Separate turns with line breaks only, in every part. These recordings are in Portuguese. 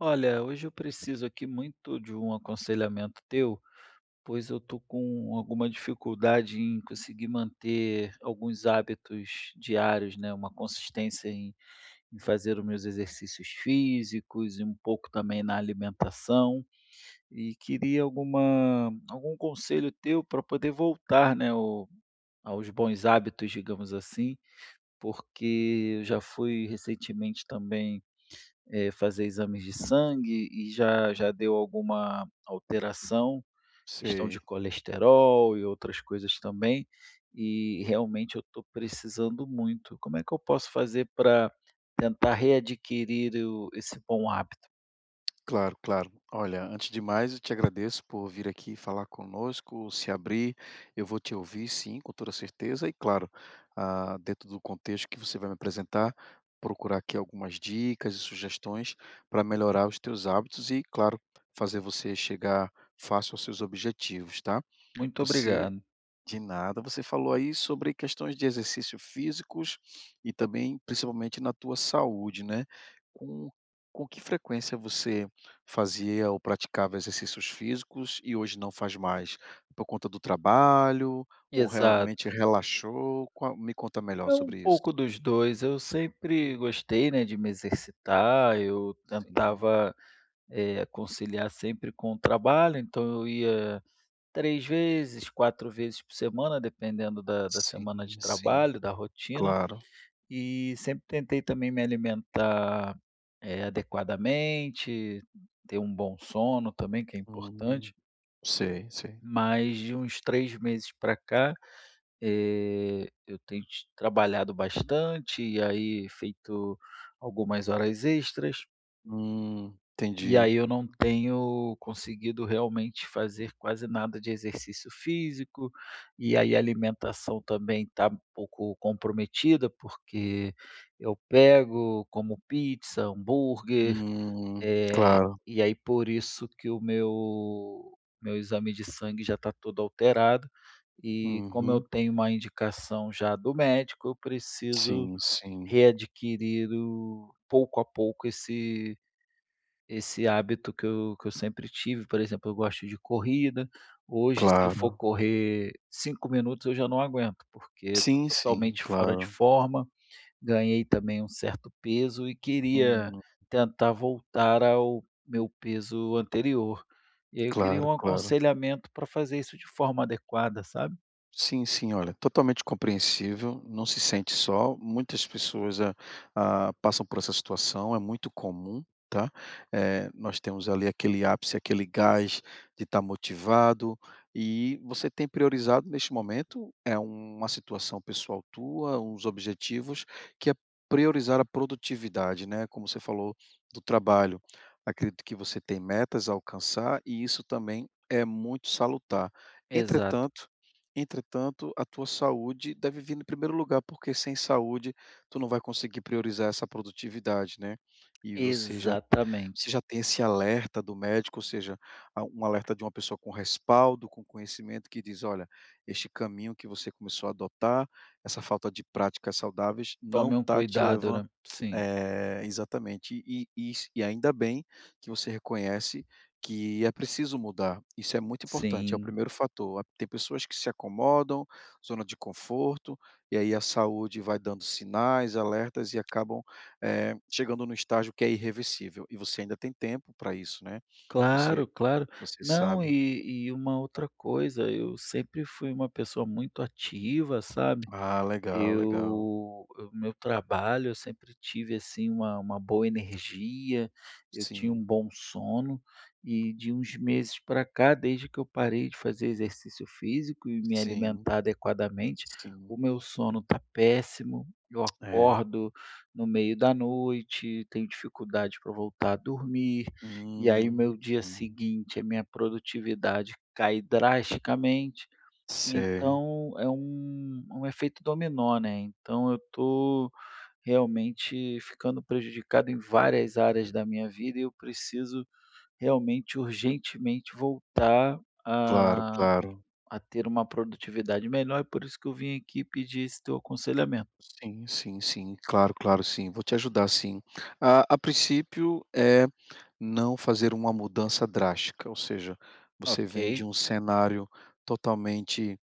Olha, hoje eu preciso aqui muito de um aconselhamento teu, pois eu tô com alguma dificuldade em conseguir manter alguns hábitos diários, né? Uma consistência em fazer os meus exercícios físicos e um pouco também na alimentação. E queria algum conselho teu para poder voltar, né, aos bons hábitos, digamos assim, porque eu já fui recentemente também fazer exames de sangue e já deu alguma alteração, questão de
Sei.
colesterol e outras coisas também, e realmente eu estou precisando muito. Como é que eu posso fazer para tentar readquirir o esse bom hábito?
Claro, claro. Olha, antes de mais, eu te agradeço por vir aqui falar conosco, se abrir. Eu vou te ouvir, sim, com toda certeza. E claro, dentro do contexto que você vai me apresentar, procurar aqui algumas dicas e sugestões para melhorar os teus hábitos e, claro, fazer você chegar fácil aos seus objetivos, tá?
Muito
Você
obrigado.
De nada. Você falou aí sobre questões de exercícios físicos e também, principalmente, na tua saúde, né? Com, com que frequência você fazia ou praticava exercícios físicos e hoje não faz mais? Por conta do trabalho ou
Exato.
realmente relaxou? Me conta melhor
É um
sobre isso.
pouco dos dois, eu sempre gostei, né, de me exercitar, eu
Hum.
tentava, conciliar sempre com o trabalho, então eu ia 3 vezes, 4 vezes por semana, dependendo da
Sim,
semana de
sim, sim,
trabalho, da rotina.
claro.
E sempre tentei também me alimentar, adequadamente, ter um bom sono também, que é
Hum,
importante.
sei, sei.
Mas de uns 3 meses para cá, eu tenho t trabalhado bastante e aí feito algumas horas extras. E
Entendi.
aí eu não tenho conseguido realmente fazer quase nada de exercício físico, e aí a alimentação também está um pouco comprometida, porque eu pego, como pizza, hambúrguer,
Hum,
eh,
claro.
e aí por isso que o meu exame de sangue já está todo alterado, e como eu
Uhum.
tenho uma indicação já do médico, eu preciso
Sim, sim,
readquirir o pouco a pouco esse hábito que eu sempre tive. Por exemplo, eu gosto de corrida, hoje se eu for
claro.
correr 5 minutos eu já não aguento, porque estou
Sim, sim,
totalmente fora de
claro.
forma, ganhei também um certo peso e queria
Hum,
tentar voltar ao meu peso anterior. E aí eu queria
claro,
um
claro.
aconselhamento para fazer isso de forma adequada, sabe?
Sim, sim, olha, totalmente compreensível, não se sente só, muitas pessoas passam por essa situação, é muito comum, tá? Nós temos ali aquele ápice, aquele gás de estar motivado e você tem priorizado neste momento, é uma situação pessoal tua, uns objetivos, que é priorizar a produtividade, né? Como você falou do trabalho. Acredito que você tem metas a alcançar e isso também é muito salutar.
Exato,
Entretanto, Entretanto, a tua saúde deve vir em primeiro lugar, porque sem saúde tu não vai conseguir priorizar essa produtividade, né. E você já você
exatamente.
já tem esse alerta do médico, ou seja, a um alerta de uma pessoa com respaldo, com conhecimento que diz: "Olha, este caminho que você começou a adotar, essa falta de práticas saudáveis não
Tome um
está te
cuidado,
levando".
né? Sim,
É, exatamente. E ainda bem que você reconhece que é preciso mudar. Isso é muito importante, é o
sim.
primeiro fator. Tem pessoas que se acomodam, zona de conforto, e aí a saúde vai dando sinais, alertas e acabam chegando no estágio que é irreversível. E você ainda tem tempo para isso, né? Você,
Claro, claro.
você
Não,
sabe.
e uma outra coisa, eu sempre fui uma pessoa muito ativa, sabe?
Ah, legal,
Eu
legal.
O meu trabalho, eu sempre tive, assim, uma boa energia, eu tinha um
Sim,
bom sono, e de uns meses para cá, desde que eu parei de fazer exercício físico e me
sim,
alimentar adequadamente, o
sim.
meu sono tá péssimo, eu
É.
acordo no meio da noite, tenho dificuldade para voltar a dormir, e aí o
Hum,
meu dia
sim.
seguinte, a minha produtividade cai drasticamente,
Sei.
então é um efeito dominó, né, então eu estou realmente ficando prejudicado em várias áreas da minha vida e eu preciso realmente urgentemente voltar
Claro,
a
claro.
a ter uma produtividade melhor, e por isso que eu vim aqui pedir esse teu aconselhamento.
Sim, sim, sim. Claro, claro, sim. Vou te ajudar, sim. A princípio é não fazer uma mudança drástica, ou seja, você
Ok,
vem de um cenário totalmente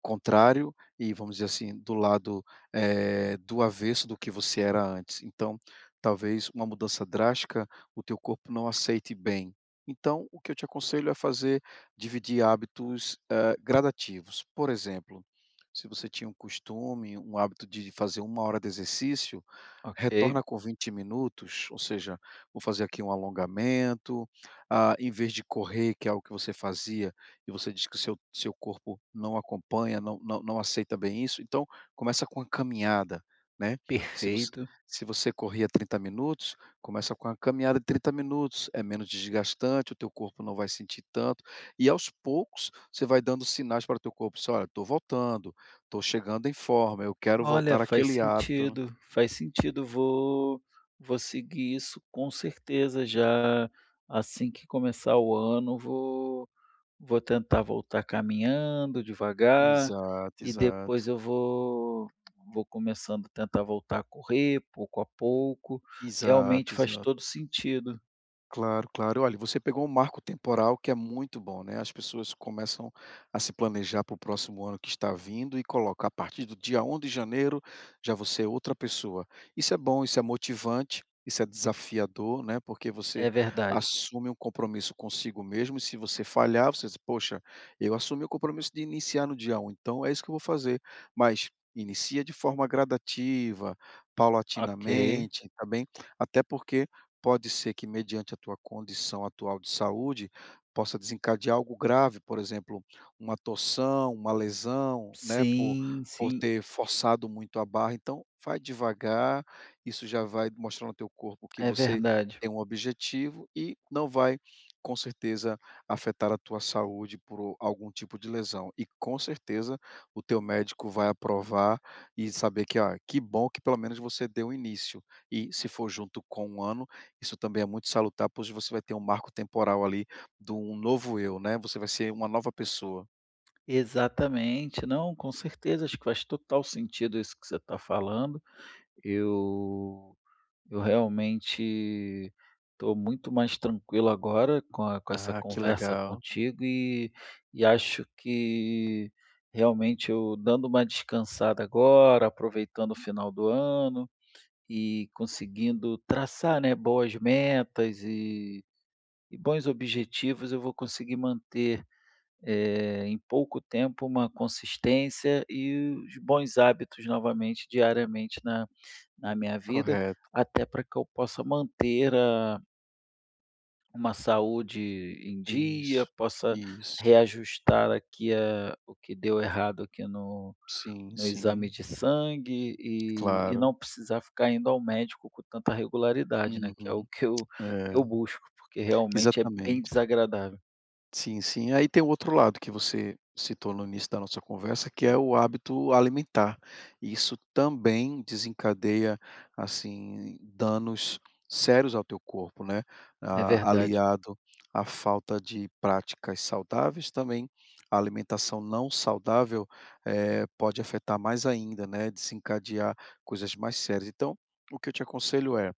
contrário e, vamos dizer assim, do lado, do avesso do que você era antes. Então, talvez uma mudança drástica o teu corpo não aceite bem. Então, o que eu te aconselho é fazer dividir hábitos, gradativos. Por exemplo, se você tinha um costume, um hábito de fazer uma hora de exercício,
ok,
retorna com 20 minutos, ou seja, vou fazer aqui um alongamento, em vez de correr, que é algo que você fazia, e você diz que o seu corpo não acompanha, não aceita bem isso, então começa com a caminhada, né. Se você
perfeito.
se você corria 30 minutos, começa com a caminhada de 30 minutos, é menos desgastante, o teu corpo não vai sentir tanto, e aos poucos você vai dando sinais para o teu corpo, assim: "Olha, estou voltando, estou chegando em forma, eu quero
Olha,
voltar àquele hábito", né.
faz sentido, vou seguir isso com certeza. Já assim que começar o ano, vou tentar voltar caminhando devagar
Exato,
e depois
exato.
eu vou começando a tentar voltar a correr pouco a pouco. Realmente
Exato,
faz
exato.
todo sentido.
Claro, claro. Olha, você pegou um marco temporal que é muito bom, né? As pessoas começam a se planejar para o próximo ano que está vindo e coloca a partir do dia 1 de janeiro já você é outra pessoa. Isso é bom, isso é motivante, isso é desafiador, né? Porque você
É verdade.
assume um compromisso consigo mesmo e se você falhar, você diz, poxa, eu assumi o compromisso de iniciar no dia 1, então é isso que eu vou fazer. Mas inicia de forma gradativa,
Ok.
paulatinamente, tá bem? Até porque pode ser que mediante a tua condição atual de saúde, possa desencadear algo grave, por exemplo, uma torção, uma lesão, né, por
Sim,
por
sim,
ter forçado muito a barra, então vai devagar, isso já vai mostrar no teu corpo que
é
você
verdade.
tem um objetivo e não vai, com certeza, afetar a tua saúde por algum tipo de lesão. E com certeza o teu médico vai aprovar e saber que: "Ah, que bom que pelo menos você deu início", e se for junto com um ano, isso também é muito salutar, pois você vai ter um marco temporal ali de um novo eu, né, você vai ser uma nova pessoa.
Exatamente. Não, com certeza, acho que faz total sentido isso que você está falando. Eu eu realmente estou muito mais tranquilo agora com essa
Ah, que
conversa
legal.
contigo, e acho que realmente, eu dando uma descansada agora, aproveitando o final do ano e conseguindo traçar, né, boas metas e bons objetivos, eu vou conseguir manter, em pouco tempo, uma consistência e os bons hábitos novamente, diariamente na minha vida,
Correto.
até para que eu possa manter a uma saúde em dia,
Isso,
possa
isso.
reajustar aqui a o que deu errado aqui no
Sim,
no exame
sim,
de sangue e
claro.
não precisar ficar indo ao médico com tanta regularidade, né, que é o
Uhum.
que eu
É,
busco, porque realmente é bem
exatamente.
desagradável.
Sim, sim. Aí tem o outro lado que você citou no início da nossa conversa, que é o hábito alimentar. Isso também desencadeia, assim, danos sérios ao teu corpo, né?
É verdade.
Aliado à falta de práticas saudáveis, também a alimentação não saudável pode afetar mais ainda, né? Desencadear coisas mais sérias. Então, o que eu te aconselho é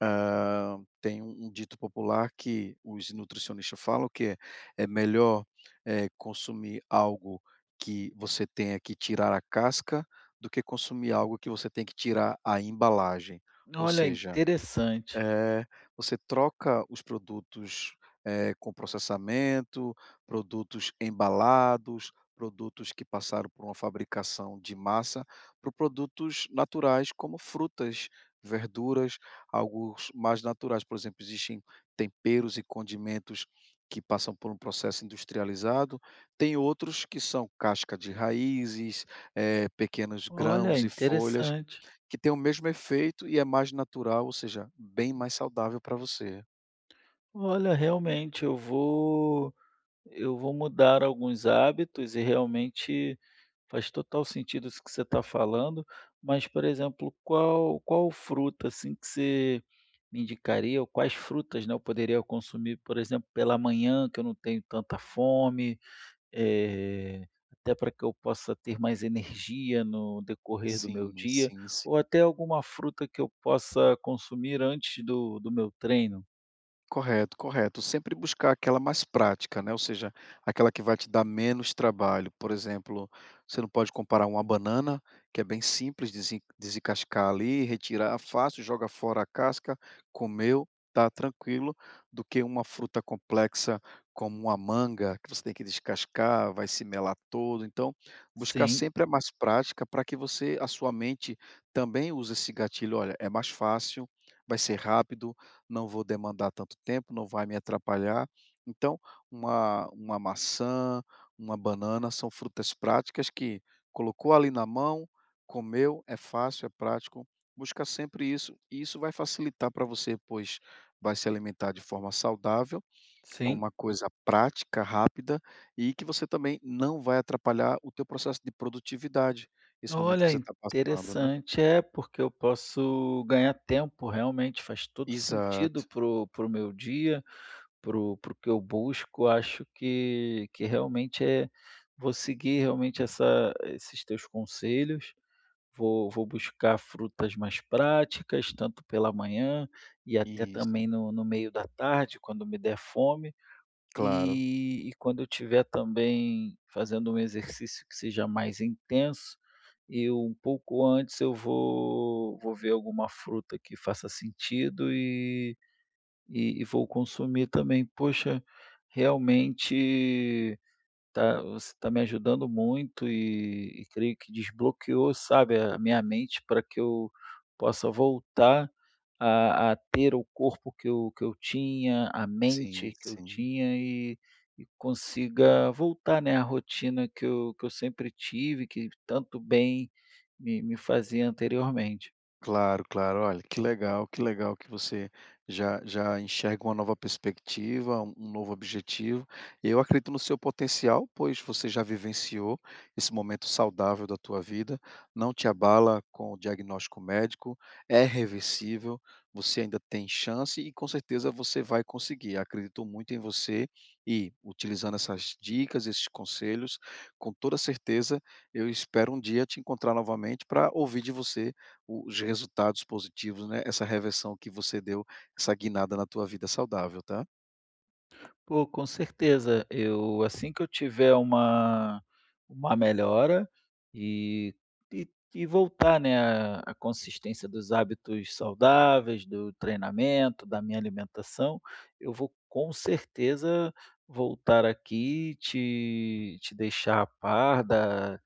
tem um dito popular que os nutricionistas falam que é: "É melhor, consumir algo que você tenha que tirar a casca, do que consumir algo que você tem que tirar a embalagem". Ou
Olha,
seja,
interessante.
é, você troca os produtos, com processamento, produtos embalados, produtos que passaram por uma fabricação de massa, por produtos naturais como frutas, verduras, alguns mais naturais. Por exemplo, existem temperos e condimentos que passam por um processo industrializado, tem outros que são casca de raízes, pequenos
Olha,
grãos e folhas.
interessante.
Que tem o mesmo efeito e é mais natural, ou seja, bem mais saudável para você.
Olha, realmente eu vou mudar alguns hábitos e realmente faz total sentido isso que você está falando, mas, por exemplo, qual fruta, assim, que você me indicaria, ou quais frutas, né, eu poderia consumir, por exemplo, pela manhã, que eu não tenho tanta fome? Até para que eu possa ter mais energia no decorrer do meu
Sim,
dia,
sim, sim.
ou até alguma fruta que eu possa consumir antes do meu treino.
Correto, correto. Sempre buscar aquela mais prática, né, ou seja, aquela que vai te dar menos trabalho. Por exemplo, você não pode comparar uma banana, que é bem simples desencascar ali, retirar fácil, joga fora a casca, comeu, tá tranquilo, do que uma fruta complexa como uma manga, que você tem que descascar, vai se melar todo. Então, buscar
Sim,
sempre a mais prática para que você a sua mente também use esse gatilho: "Olha, é mais fácil, vai ser rápido, não vou demandar tanto tempo, não vai me atrapalhar". Então, uma maçã, uma banana são frutas práticas que colocou ali na mão, comeu, é fácil, é prático. Busca sempre isso, e isso vai facilitar para você, pois vai se alimentar de forma saudável, com
sim.
uma coisa prática, rápida e que você também não vai atrapalhar o teu processo de produtividade, esse momento que
Olha,
você está passando, né.
interessante. É, porque eu posso ganhar tempo, realmente faz todo sentido
Exato,
pro meu dia, pro o que eu busco. Acho que realmente vou seguir realmente essa esses teus conselhos. Vou buscar frutas mais práticas, tanto pela manhã e até
isso,
também no meio da tarde, quando me der fome.
claro,
E quando eu estiver também fazendo um exercício que seja mais intenso, eu um pouco antes eu vou ver alguma fruta que faça sentido e vou consumir também. Poxa, realmente tá, você está me ajudando muito e creio que desbloqueou, sabe, a minha mente para que eu possa voltar a ter o corpo que eu tinha, a
sim,
mente que eu
sim.
tinha, e consiga voltar, né, à rotina que eu sempre tive, que tanto bem me fazia anteriormente.
Claro, claro. Olha, que legal, que legal que você já enxerga uma nova perspectiva, um novo objetivo. Eu acredito no seu potencial, pois você já vivenciou esse momento saudável da tua vida, não te abala com o diagnóstico médico, é reversível, você ainda tem chance e com certeza você vai conseguir. Acredito muito em você e utilizando essas dicas, esses conselhos, com toda certeza eu espero um dia te encontrar novamente para ouvir de você os resultados positivos, né, essa reversão que você deu, essa guinada na tua vida saudável, tá.
Pô, com certeza. Eu, assim que eu tiver uma melhora e e e voltar, né, a à consistência dos hábitos saudáveis, do treinamento, da minha alimentação, eu vou com certeza voltar aqui e te deixar a par da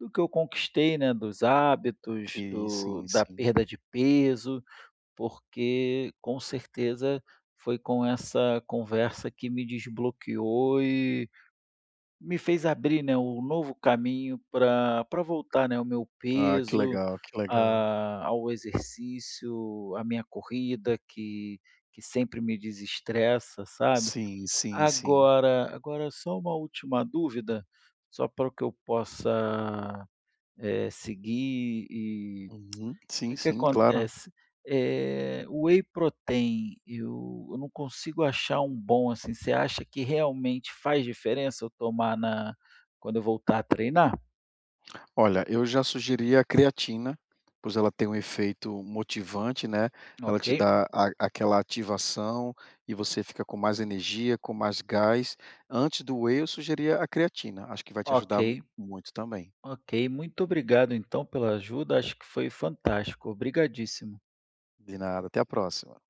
do que eu conquistei, né, dos hábitos,
Que
do
sim,
da
sim.
perda de peso. Porque com certeza foi com essa conversa que me desbloqueou e me fez abrir, né, um novo caminho para voltar, né, o meu
Ah, que
peso,
legal, que legal.
a ao exercício, a minha corrida que sempre me desestressa, sabe.
Sim, sim, sim.
Agora, só uma última dúvida, só para que eu possa, seguir, e
Uhum. Sim,
que
sim, claro.
acontece? O whey protein, eu não consigo achar um bom, assim, você acha que realmente faz diferença eu tomar na quando eu voltar a treinar?
Olha, eu já sugeri a creatina, pois ela tem um efeito motivante, né, ela
Ok,
te dá a aquela ativação e você fica com mais energia, com mais gás. Antes do whey, eu sugeria a creatina, acho que vai te
ok,
ajudar muito também.
ok. Muito obrigado então pela ajuda, acho que foi fantástico, obrigadíssimo.
De nada, até a próxima.